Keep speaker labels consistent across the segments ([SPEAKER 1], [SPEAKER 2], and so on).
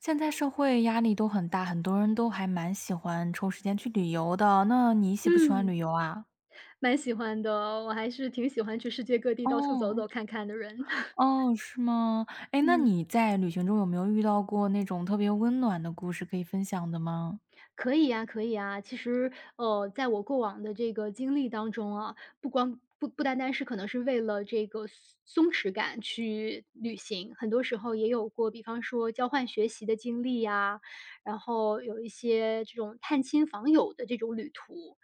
[SPEAKER 1] 现在社会压力都很大，很多人都还蛮喜欢抽时间去旅游的。那你喜不喜欢
[SPEAKER 2] 嗯，
[SPEAKER 1] 旅游啊？
[SPEAKER 2] 蛮喜欢的哦，我还是挺喜欢去世界各地到处走
[SPEAKER 1] 哦，
[SPEAKER 2] 走看看的人。
[SPEAKER 1] 哦，是吗？哎，那
[SPEAKER 2] 嗯，
[SPEAKER 1] 你在旅行中有没有遇到过那种特别温暖的故事可以分享的吗？
[SPEAKER 2] 可以呀，可以呀。其实，在我过往的这个经历当中啊，不光不不单单是可能是为了这个松弛感去旅行，很多时候也有过，比方说交换学习的经历呀，然后有一些这种探亲访友的这种旅途，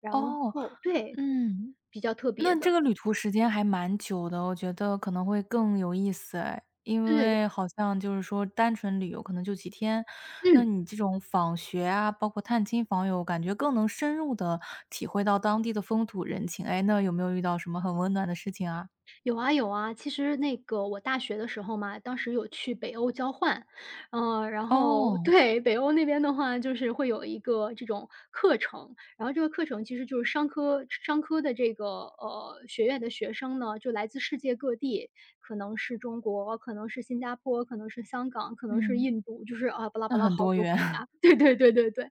[SPEAKER 2] 然
[SPEAKER 1] 哦，
[SPEAKER 2] 后对，
[SPEAKER 1] 嗯。
[SPEAKER 2] 比较特别
[SPEAKER 1] 那这
[SPEAKER 2] 的，
[SPEAKER 1] 个旅途时间还蛮久的，我觉得可能会更有意思哎。因
[SPEAKER 2] 对，
[SPEAKER 1] 为好像就是说单纯旅游可能就几天，那
[SPEAKER 2] 嗯。
[SPEAKER 1] 你这种访学啊，包括探亲访友，感觉更能深入的体会到当地的风土人情。哎，那有没有遇到什么很温暖的事情啊？
[SPEAKER 2] 有啊有啊，其实那个我大学的时候嘛，当时有去北欧交换，然后
[SPEAKER 1] 哦，
[SPEAKER 2] 对，北欧那边的话就是会有一个这种课程，然后这个课程其实就是商科的这个学院的学生呢，就来自世界各地，可能是中国，可能是新加坡，可能是香港，可能是
[SPEAKER 1] 嗯。
[SPEAKER 2] 印度，就是啊巴拉
[SPEAKER 1] 那
[SPEAKER 2] 巴拉
[SPEAKER 1] 很
[SPEAKER 2] 好
[SPEAKER 1] 多
[SPEAKER 2] 多国
[SPEAKER 1] 元。
[SPEAKER 2] 家，对对对对对，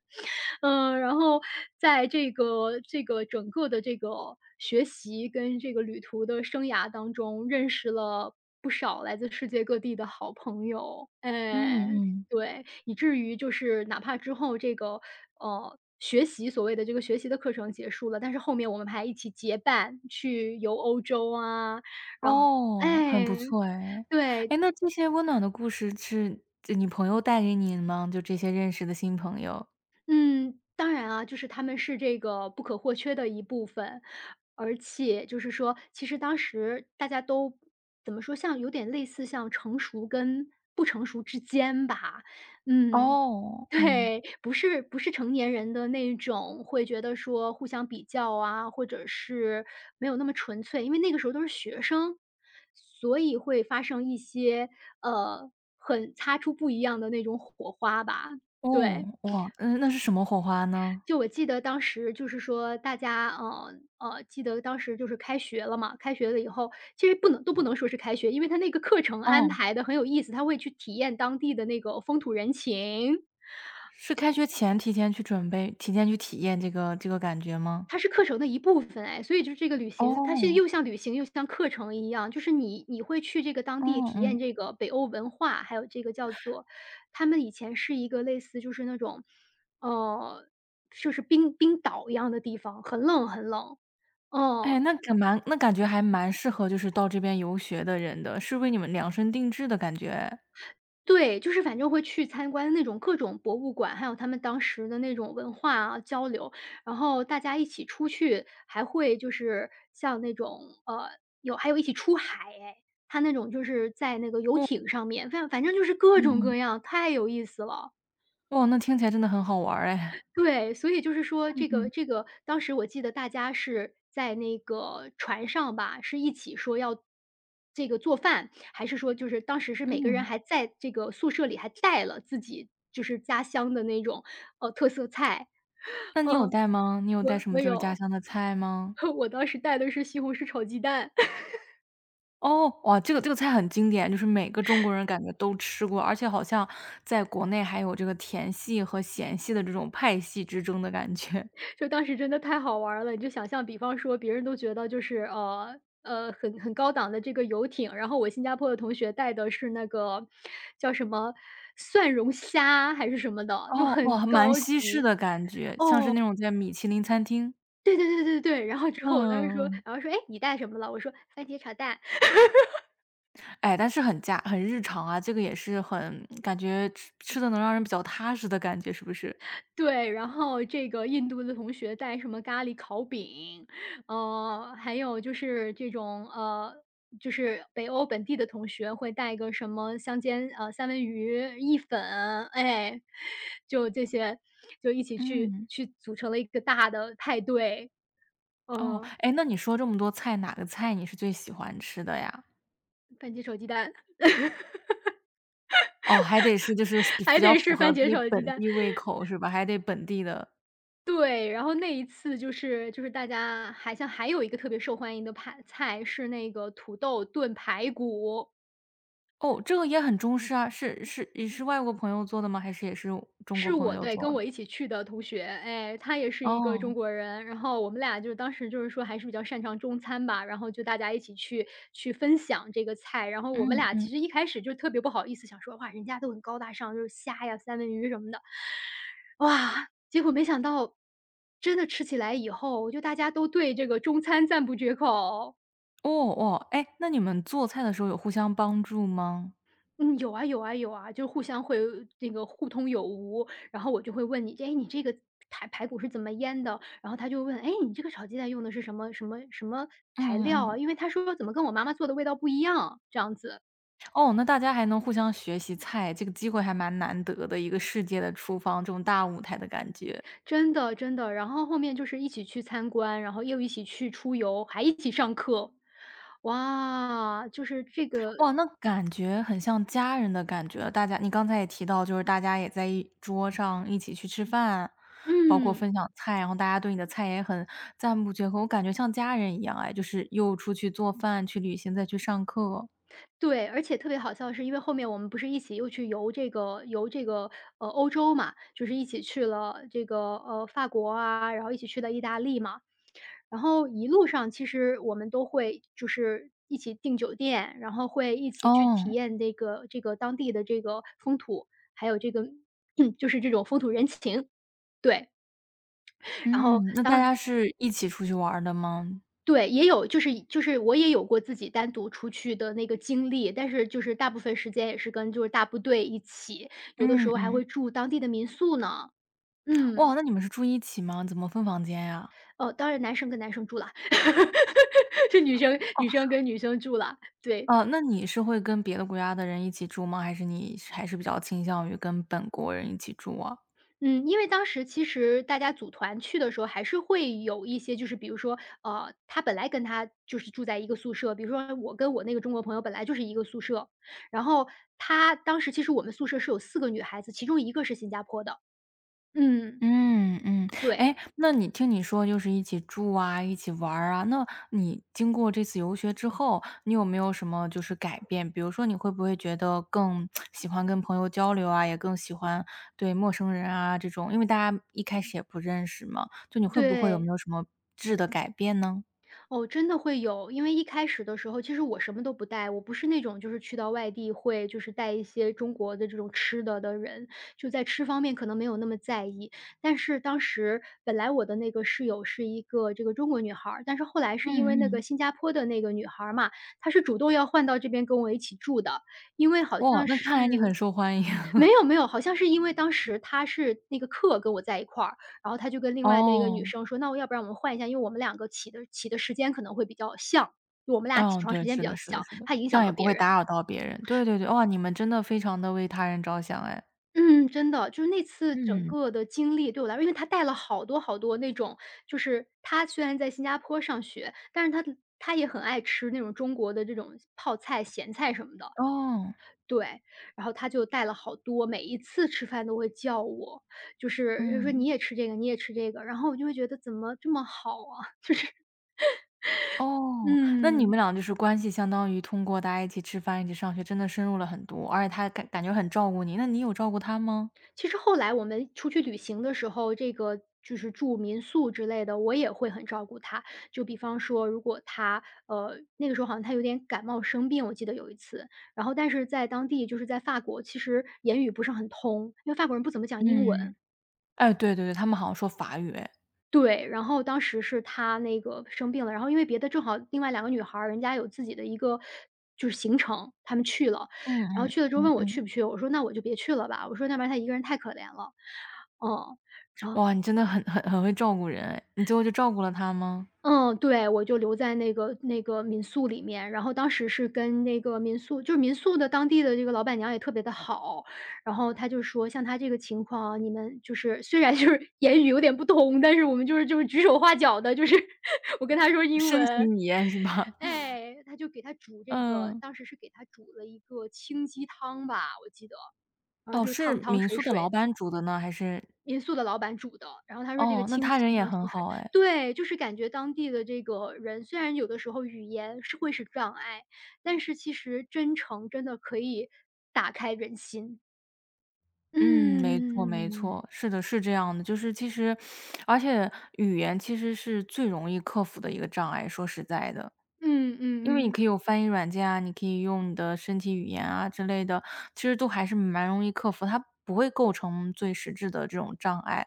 [SPEAKER 2] 嗯，然后在这个整个的这个学习跟这个旅途的生涯当中，认识了不少来自世界各地的好朋友，
[SPEAKER 1] 嗯
[SPEAKER 2] 哎，
[SPEAKER 1] 嗯。
[SPEAKER 2] 对，以至于就是哪怕之后这个，学习所谓的这个学习的课程结束了，但是后面我们还一起结伴去游欧洲啊，然后
[SPEAKER 1] 哦，很不
[SPEAKER 2] 哎，
[SPEAKER 1] 错哎。
[SPEAKER 2] 对。
[SPEAKER 1] 哎，那这些温暖的故事是这你朋友带给你的吗？就这些认识的新朋友。
[SPEAKER 2] 嗯，当然啊，就是他们是这个不可或缺的一部分，而且就是说，其实当时大家都怎么说，像有点类似像成熟跟不成熟之间吧，嗯，
[SPEAKER 1] 哦，嗯。
[SPEAKER 2] 对，不是成年人的那种会觉得说互相比较啊，或者是没有那么纯粹，因为那个时候都是学生，所以会发生一些呃很擦出不一样的那种火花吧，
[SPEAKER 1] 哦，
[SPEAKER 2] 对。
[SPEAKER 1] 哇，嗯，那是什么火花呢？
[SPEAKER 2] 就我记得当时就是说大家，记得当时就是开学了嘛，开学了以后，其实不能说是开学，因为他那个课程安
[SPEAKER 1] 哦，
[SPEAKER 2] 排的很有意思，他会去体验当地的那个风土人情，
[SPEAKER 1] 是开学前提前去准备，提前去体验这个感觉吗？
[SPEAKER 2] 它是课程的一部分哎，所以就是这个旅行，它是
[SPEAKER 1] 哦，
[SPEAKER 2] 又像旅行又像课程一样，就是你会去这个当
[SPEAKER 1] 嗯
[SPEAKER 2] 地体验
[SPEAKER 1] 嗯，
[SPEAKER 2] 这个北欧文化，还有这个叫做他们以前是一个类似就是那种，呃，就是冰岛一样的地方，很冷很冷，
[SPEAKER 1] 哎，
[SPEAKER 2] 嗯。
[SPEAKER 1] 那感蛮那感觉还蛮适合就是到这边游学的人的，是为你们量身定制的感觉
[SPEAKER 2] 对，就是反正会去参观那种各种博物馆，还有他们当时的那种文化啊交流，然后大家一起出去，还会就是像那种还有一起出海哎，他那种就是在那个游
[SPEAKER 1] 哦，
[SPEAKER 2] 艇上面，反正就是各
[SPEAKER 1] 嗯
[SPEAKER 2] 种
[SPEAKER 1] 嗯嗯，
[SPEAKER 2] 各样，太有意思了。
[SPEAKER 1] 哇，那听起来真的很好玩儿哎。
[SPEAKER 2] 对，所以就是说
[SPEAKER 1] 嗯
[SPEAKER 2] 这个
[SPEAKER 1] 嗯
[SPEAKER 2] 这个当时我记得大家是在那个船上吧，是一起说要这个做饭，还是说就是当时是每个人
[SPEAKER 1] 嗯，
[SPEAKER 2] 还在这个宿舍里还带了自己就是家乡的那种，特色菜。
[SPEAKER 1] 那你有
[SPEAKER 2] 嗯，
[SPEAKER 1] 带吗？你有带
[SPEAKER 2] 我
[SPEAKER 1] 什么
[SPEAKER 2] 我
[SPEAKER 1] 就是家
[SPEAKER 2] 有，
[SPEAKER 1] 乡的菜吗？
[SPEAKER 2] 我当时带的是西红柿炒鸡蛋。
[SPEAKER 1] 哦，哇，这个菜很经典，就是每个中国人感觉都吃过，而且好像在国内还有这个甜系和咸系的这种派系之争的感觉。
[SPEAKER 2] 就当时真的太好玩儿了，你就想象，比方说别人都觉得就是很高档的这个游艇，然后我新加坡的同学带的是那个叫什么蒜蓉虾还是什么的，就
[SPEAKER 1] 哦，
[SPEAKER 2] 很
[SPEAKER 1] 哇，蛮
[SPEAKER 2] 高
[SPEAKER 1] 西式
[SPEAKER 2] 级。
[SPEAKER 1] 的感觉，像是那种在米其林餐厅。
[SPEAKER 2] 对对对对对，然后之后我当时说，
[SPEAKER 1] 嗯，
[SPEAKER 2] 然后说，哎，你带什么了？我说番茄炒蛋。
[SPEAKER 1] 哎，但是很家很日常啊，这个也是很感觉吃吃的能让人比较踏实的感觉，是不是？
[SPEAKER 2] 对，然后这个印度的同学带什么咖喱烤饼，还有就是这种就是北欧本地的同学会带个什么香煎三文鱼、意粉，哎，就这些，就一起去
[SPEAKER 1] 嗯，
[SPEAKER 2] 去组成了一个大的派对，
[SPEAKER 1] 哦，
[SPEAKER 2] 呃，
[SPEAKER 1] 哎，那你说这么多菜，哪个菜你是最喜欢吃的呀？
[SPEAKER 2] 番茄炒鸡蛋，
[SPEAKER 1] 哦，还得是就是比 比
[SPEAKER 2] 还
[SPEAKER 1] 较
[SPEAKER 2] 得
[SPEAKER 1] 符
[SPEAKER 2] 是
[SPEAKER 1] 合
[SPEAKER 2] 番
[SPEAKER 1] 自
[SPEAKER 2] 茄
[SPEAKER 1] 己
[SPEAKER 2] 炒鸡
[SPEAKER 1] 本
[SPEAKER 2] 蛋。
[SPEAKER 1] 地胃口是吧？还得本地的。
[SPEAKER 2] 对，然后那一次就是大家好像还有一个特别受欢迎的派菜是那个土豆炖排骨。
[SPEAKER 1] 哦，这个也很中式啊，是也是外国朋友做的吗？还是也是中国
[SPEAKER 2] 是
[SPEAKER 1] 朋
[SPEAKER 2] 我
[SPEAKER 1] 友
[SPEAKER 2] 对，
[SPEAKER 1] 做
[SPEAKER 2] 跟
[SPEAKER 1] 的？
[SPEAKER 2] 我一起去的同学，哎，他也是一个中
[SPEAKER 1] 哦，
[SPEAKER 2] 国人，然后我们俩就是当时就是说还是比较擅长中餐吧，然后就大家一起去分享这个菜，然后
[SPEAKER 1] 嗯
[SPEAKER 2] 我们俩
[SPEAKER 1] 嗯，
[SPEAKER 2] 其实一开始就特别不好意思，想说哇，人家都很高大上，就是虾呀、三文鱼什么的，哇，结果没想到真的吃起来以后，就大家都对这个中餐赞不绝口。
[SPEAKER 1] 哦哦，哎，那你们做菜的时候有互相帮助吗？
[SPEAKER 2] 嗯，有啊有啊有啊，就是互相会那个互通有无。然后我就会问你，哎，你这个排骨是怎么腌的？然后他就问，哎，你这个炒鸡蛋用的是什么什么什么材
[SPEAKER 1] 嗯嗯
[SPEAKER 2] 料
[SPEAKER 1] 嗯，
[SPEAKER 2] 啊？因为他说怎么跟我妈妈做的味道不一样，这样子，
[SPEAKER 1] 哦，那大家还能互相学习菜，这个机会还蛮难得的，一个世界的厨房，这种大舞台的感觉。
[SPEAKER 2] 真的真的。然后后面就是一起去参观，然后又一起去出游，还一起上课，哇，就是这个，
[SPEAKER 1] 哇，那感觉很像家人的感觉。大家你刚才也提到，就是大家也在一桌上一起去吃饭，包括
[SPEAKER 2] 嗯。
[SPEAKER 1] 分享菜，然后大家对你的菜也很赞不绝口，我感觉像家人一样哎，就是又出去做饭、去旅行、再去上课。
[SPEAKER 2] 对，而且特别好笑的是，因为后面我们不是一起又去游这个游这个，呃，欧洲嘛，就是一起去了这个，法国啊，然后一起去了意大利嘛。然后一路上其实我们都会就是一起订酒店，然后会一起去
[SPEAKER 1] 哦，
[SPEAKER 2] 体验这个当地的这个风土，还有这个 就是这种风土人情。对，然后
[SPEAKER 1] 嗯，那大家是一起出去玩儿的吗？
[SPEAKER 2] 对，也有就是我也有过自己单独出去的那个经历，但是就是大部分时间也是跟就是大部队一起，有的时
[SPEAKER 1] 嗯
[SPEAKER 2] 候还
[SPEAKER 1] 嗯，
[SPEAKER 2] 会住当地的民宿呢。嗯，
[SPEAKER 1] 哇，那你们是住一起吗？怎么分房间呀？
[SPEAKER 2] 哦，当然男生跟男生住了，是女生跟女生住了，对。
[SPEAKER 1] 哦，那你是会跟别的国家的人一起住吗？还是你是还是比较倾向于跟本国人一起住啊？
[SPEAKER 2] 嗯，因为当时其实大家组团去的时候，还是会有一些就是比如说，他本来跟他就是住在一个宿舍，比如说我跟我那个中国朋友本来就是一个宿舍，然后他当时其实我们宿舍是有四个女孩子，其中一个是新加坡的。嗯。
[SPEAKER 1] 嗯嗯，
[SPEAKER 2] 对，
[SPEAKER 1] 哎，那你听你说就是一起住啊，一起玩儿啊，那你经过这次游学之后，你有没有什么就是改变？比如说你会不会觉得更喜欢跟朋友交流啊，也更喜欢对陌生人啊这种，因为大家一开始也不认识嘛，就你会不会有没
[SPEAKER 2] 对。
[SPEAKER 1] 有什么质的改变呢？
[SPEAKER 2] 哦，真的会有。因为一开始的时候，其实我什么都不带，我不是那种就是去到外地会就是带一些中国的这种吃的的人，就在吃方面可能没有那么在意。但是当时本来我的那个室友是一个这个中国女孩儿，但是后来是因为
[SPEAKER 1] 嗯
[SPEAKER 2] 那个
[SPEAKER 1] 嗯，
[SPEAKER 2] 新加坡的那个女孩儿嘛，她是主动要换到这边跟我一起住的，因为好
[SPEAKER 1] 哇，
[SPEAKER 2] 像
[SPEAKER 1] 那看来你很
[SPEAKER 2] 是
[SPEAKER 1] 受欢迎。
[SPEAKER 2] 没 有没有，好像是因为当时他是那个课跟我在一块儿，然后他就跟另外那个
[SPEAKER 1] 哦，
[SPEAKER 2] 女生说："那我要不然我们换一下，因为我们两个起的时间可能会比较像，就我们俩起
[SPEAKER 1] 嗯，
[SPEAKER 2] 床时
[SPEAKER 1] 对，
[SPEAKER 2] 间
[SPEAKER 1] 是
[SPEAKER 2] 比
[SPEAKER 1] 的，
[SPEAKER 2] 较
[SPEAKER 1] 是的，
[SPEAKER 2] 像，
[SPEAKER 1] 是的，
[SPEAKER 2] 怕影
[SPEAKER 1] 这
[SPEAKER 2] 响
[SPEAKER 1] 样也
[SPEAKER 2] 到
[SPEAKER 1] 不
[SPEAKER 2] 别
[SPEAKER 1] 会打
[SPEAKER 2] 人。"
[SPEAKER 1] 扰到别人。对对对，哇，你们真的非常的为他人着想哎。
[SPEAKER 2] 嗯，真的，就是那次整
[SPEAKER 1] 嗯。
[SPEAKER 2] 个的经历对我来说，因为他带了好多好多那种，就是他虽然在新加坡上学，但是他也很爱吃那种中国的这种泡菜、咸菜什么的，
[SPEAKER 1] 哦，
[SPEAKER 2] 对，然后他就带了好多，每一次吃饭都会叫我，就是说："你
[SPEAKER 1] 嗯，
[SPEAKER 2] 也吃这个，你也吃这个。"然后我就会觉得怎么这么好啊，就是。
[SPEAKER 1] 哦，那你
[SPEAKER 2] 嗯。
[SPEAKER 1] 们俩就是关系相当于通过大家一起吃饭、一起上学，真的深入了很多，而且他感觉很照顾你，那你有照顾他吗？
[SPEAKER 2] 其实后来我们出去旅行的时候，这个就是住民宿之类的，我也会很照顾他。就比方说，如果他那个时候好像他有点感冒生病，我记得有一次。然后但是在当地就是在法国，其实言语不是很通，因为法国人不怎么讲英
[SPEAKER 1] 嗯。
[SPEAKER 2] 文。
[SPEAKER 1] 哎，对对对，他们好像说法语哎。
[SPEAKER 2] 对，然后当时是她那个生病了，然后因为别的正好另外两个女孩儿，人家有自己的一个就是行程，她们去了。
[SPEAKER 1] 嗯
[SPEAKER 2] 然后
[SPEAKER 1] 嗯，
[SPEAKER 2] 去了之后
[SPEAKER 1] 嗯
[SPEAKER 2] 问我去
[SPEAKER 1] 嗯。
[SPEAKER 2] 不去，我说：“那我就别去了吧。”我说：“要不然她一个人太可怜了。”嗯，
[SPEAKER 1] 哇，你真的很很很会照顾人哎，你最后就照顾了他吗？
[SPEAKER 2] 嗯，对，我就留在那个那个民宿里面，然后当时是跟那个民宿就是民宿的当地的这个老板娘也特别的好，然后她就说：“像她这个情况啊，你们就是虽然就是 言语有点不通，但是我们就是就是指手画脚的，就是 我跟她说英
[SPEAKER 1] 深
[SPEAKER 2] 文。”
[SPEAKER 1] 情语言是吧？
[SPEAKER 2] 哎，他就给他煮这个
[SPEAKER 1] 嗯，
[SPEAKER 2] 当时是给他煮了一个清鸡汤吧，我记得。然后
[SPEAKER 1] 哦，
[SPEAKER 2] 就是
[SPEAKER 1] 是
[SPEAKER 2] 汤汤
[SPEAKER 1] 民
[SPEAKER 2] 水
[SPEAKER 1] 宿的老
[SPEAKER 2] 水的，
[SPEAKER 1] 板煮的呢，还是
[SPEAKER 2] 民宿的老板煮的。然后他说这个
[SPEAKER 1] 哦，那
[SPEAKER 2] 清
[SPEAKER 1] 他人
[SPEAKER 2] 清
[SPEAKER 1] 也
[SPEAKER 2] 汤
[SPEAKER 1] 很
[SPEAKER 2] 清水
[SPEAKER 1] 好哎。
[SPEAKER 2] 对，就是感觉当地的这个人，虽然有的时候语言是会是障碍，但是其实真诚真的可以打开人心。
[SPEAKER 1] 嗯，没错没
[SPEAKER 2] 嗯，
[SPEAKER 1] 错，是的，是这样的。就是其实而且语言其实是最容易克服的一个障碍，说实在的。
[SPEAKER 2] 嗯
[SPEAKER 1] 因为你
[SPEAKER 2] 嗯嗯。
[SPEAKER 1] 可以有翻译软件啊，你可以用你的身体语言啊之类的，其实都还是蛮容易克服，它不会构成最实质的这种障碍。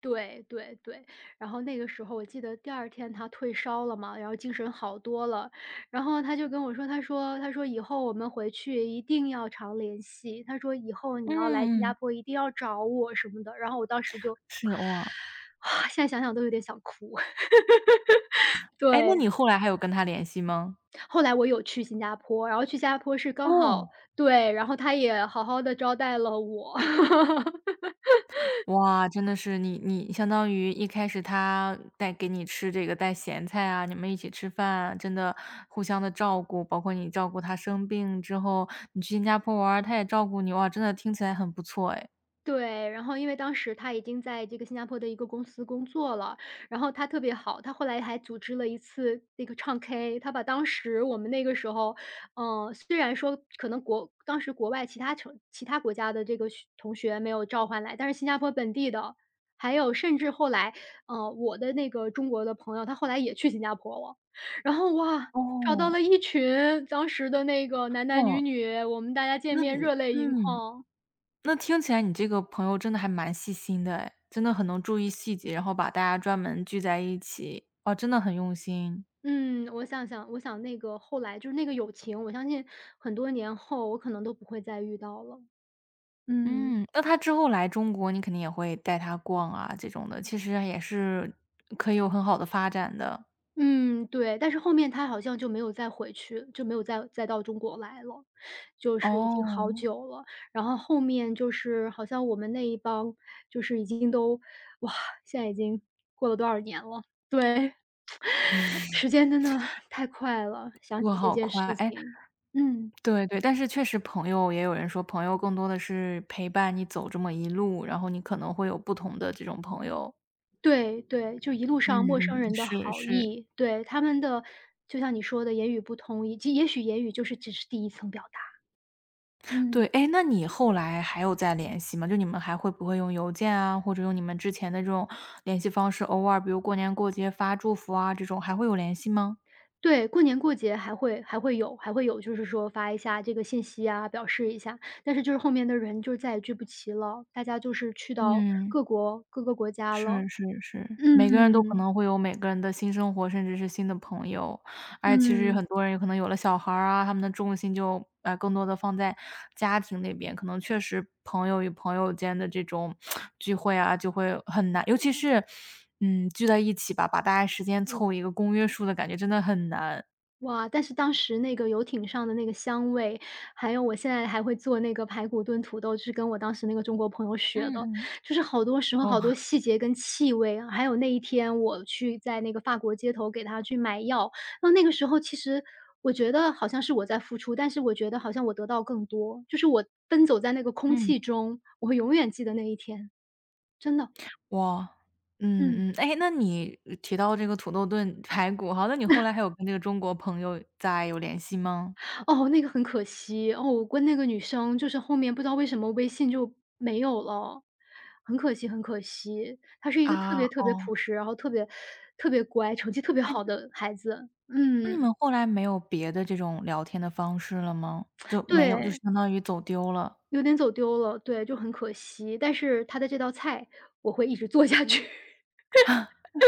[SPEAKER 2] 对对对，然后那个时候我记得第二天他退烧了嘛，然后精神好多了，然后他就跟我说，他说：“以后我们回去一定要常联系，”他说：“以后你要来新
[SPEAKER 1] 嗯
[SPEAKER 2] 加
[SPEAKER 1] 嗯，
[SPEAKER 2] 坡一定要找我什么的。”然后我当时就，
[SPEAKER 1] 是，哇。
[SPEAKER 2] 啊，现在想想都有点想哭。
[SPEAKER 1] 哎，那
[SPEAKER 2] 对，
[SPEAKER 1] 你后来还有跟他联系吗？
[SPEAKER 2] 后来我有去新加坡，然后去新加坡是刚好
[SPEAKER 1] 哦。
[SPEAKER 2] 对，然后他也好好的招待了我。
[SPEAKER 1] 哇，真的是你相当于一开始他带给你吃这个带咸菜啊，你们一起吃饭啊真的互相的照顾，包括你照顾他生病之后，你去新加坡玩儿他也照顾你，哇，真的听起来很不错哎。
[SPEAKER 2] 对，然后因为当时他已经在这个新加坡的一个公司工作了，然后他特别好，他后来还组织了一次那个唱 K，他把当时我们那个时候，嗯，虽然说可能当时国外其他其他国家的这个同学没有召唤来，但是新加坡本地的，还有甚至后来，我的那个中国的朋友，他后来也去新加坡了，然后哇，找到
[SPEAKER 1] 哦，
[SPEAKER 2] 了一群当时的那个男男
[SPEAKER 1] 哦，
[SPEAKER 2] 女女，我们大家见
[SPEAKER 1] 那
[SPEAKER 2] 面
[SPEAKER 1] 你
[SPEAKER 2] 热泪盈
[SPEAKER 1] 嗯，
[SPEAKER 2] 眶。
[SPEAKER 1] 那听起来你这个朋友真的还蛮细心的哎，真的很能注意细节，然后把大家专门聚在一起，哦，真的很用心。
[SPEAKER 2] 嗯，我想那个后来就是那个友情，我相信很多年后我可能都不会再遇到了。嗯。
[SPEAKER 1] 嗯，那他之后来中国，你肯定也会带他逛啊，这种的，其实也是可以有很好的发展的。
[SPEAKER 2] 嗯，对，但是后面他好像就没有再回去，就没有再到中国来了，就是已经好
[SPEAKER 1] 哦，
[SPEAKER 2] 久了。然后后面就是好像我们那一帮就是已经都哇，现在已经过了多少年了，对，时间真的太快了，想
[SPEAKER 1] 过
[SPEAKER 2] 起这
[SPEAKER 1] 好
[SPEAKER 2] 件
[SPEAKER 1] 快，
[SPEAKER 2] 事
[SPEAKER 1] 哎，
[SPEAKER 2] 情，嗯。
[SPEAKER 1] 对对，但是确实朋友也有人说，朋友更多的是陪伴你走这么一路，然后你可能会有不同的这种朋友。
[SPEAKER 2] 对对，就一路上陌生
[SPEAKER 1] 嗯嗯，
[SPEAKER 2] 人的
[SPEAKER 1] 是
[SPEAKER 2] 好
[SPEAKER 1] 是，
[SPEAKER 2] 意，对，他们的就像你说的言语不通，以及也许言语就是只是第一层表达。
[SPEAKER 1] 对，
[SPEAKER 2] 嗯，
[SPEAKER 1] 哎，那你后来还有再联系吗？就你们还会不会用邮件啊，或者用你们之前的这种联系方式，偶尔比如过年过节发祝福啊，这种还会有联系吗？
[SPEAKER 2] 对，过年过节还会有，就是说发一下这个信息啊，表示一下，但是就是后面的人就再也聚不齐了，大家就是去到
[SPEAKER 1] 嗯。
[SPEAKER 2] 各国各个国家了。
[SPEAKER 1] 是是是，每个人都可
[SPEAKER 2] 嗯，
[SPEAKER 1] 能会有每个人的新生活，甚至是新的朋友。而且其实
[SPEAKER 2] 嗯。
[SPEAKER 1] 很多人有可能有了小孩儿啊，他们的重心就，更多的放在家庭那边，可能确实朋友与朋友间的这种聚会啊，就会很难尤其是，聚在一起吧，把大家时间凑一个公约数的感觉真的很难。
[SPEAKER 2] 哇，但是当时那个游艇上的那个香味，还有我现在还会做那个排骨炖土豆，就是跟我当时那个中国朋友学
[SPEAKER 1] 嗯
[SPEAKER 2] 的。
[SPEAKER 1] 嗯，
[SPEAKER 2] 就是好多时候
[SPEAKER 1] 哇，
[SPEAKER 2] 好多细节跟气味啊，还有那一天我去在那个法国街头给他去买药，那个时候其实我觉得好像是我在付出，但是我觉得好像我得到更多，就是我奔走在那个空
[SPEAKER 1] 嗯。
[SPEAKER 2] 气中，我会永远记得那一天，真的，
[SPEAKER 1] 哇，
[SPEAKER 2] 嗯。
[SPEAKER 1] 嗯嗯。哎，那你提到这个土豆炖排骨好，那你后来还有跟这个中国朋友在有联系吗？
[SPEAKER 2] 哦，那个很可惜，哦，我跟那个女生就是后面不知道为什么微信就没有了，很可惜很可惜。她是一个特
[SPEAKER 1] 啊，
[SPEAKER 2] 别特别
[SPEAKER 1] 哦，
[SPEAKER 2] 朴实，然后特别特别乖，成绩特别
[SPEAKER 1] 哎，
[SPEAKER 2] 好的孩子。
[SPEAKER 1] 那你
[SPEAKER 2] 嗯，
[SPEAKER 1] 们后来没有别的这种聊天的方式了吗？就没有，就
[SPEAKER 2] 对，
[SPEAKER 1] 相当于走丢了。
[SPEAKER 2] 有点走丢了，对，就很可惜。但是她的这道菜我会一直做下去。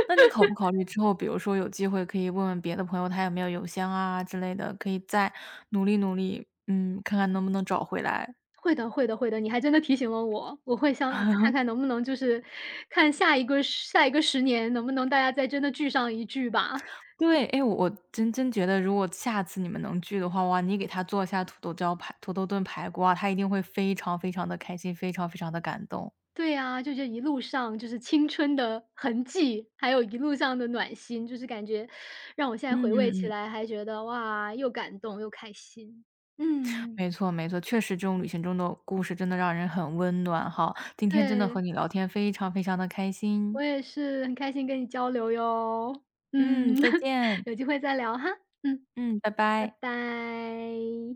[SPEAKER 1] 那你考不考虑之后，比如说有机会可以问问别的朋友，他有没有邮箱啊之类的，可以再努力努力，看看能不能找回来。
[SPEAKER 2] 会的，你还真的提醒了我，我会想看 看能不能就是看下一个十年能不能大家再真的聚上一聚吧。
[SPEAKER 1] 对，哎，我真觉得，如果下次你们能聚的话，哇，你给他做一下土豆炖排骨啊，他一定会非常非常的开心，非常非常的感动。
[SPEAKER 2] 对啊，就这一路上就是青春的痕迹，还有一路上的暖心，就是感觉让我现在
[SPEAKER 1] 嗯
[SPEAKER 2] 回味
[SPEAKER 1] 嗯
[SPEAKER 2] 起
[SPEAKER 1] 嗯。
[SPEAKER 2] 来还觉得，哇，又感动又开心。嗯。
[SPEAKER 1] 没错没错，确实这种旅行中的故事真的让人很温暖哈。今天真的和
[SPEAKER 2] 对，
[SPEAKER 1] 你聊天非常非常的开心，
[SPEAKER 2] 我也是很开心跟你交流哟。
[SPEAKER 1] 嗯，
[SPEAKER 2] 嗯，
[SPEAKER 1] 再 见，
[SPEAKER 2] 有机会再聊哈。嗯，
[SPEAKER 1] 嗯，拜
[SPEAKER 2] 拜
[SPEAKER 1] 拜。
[SPEAKER 2] 拜。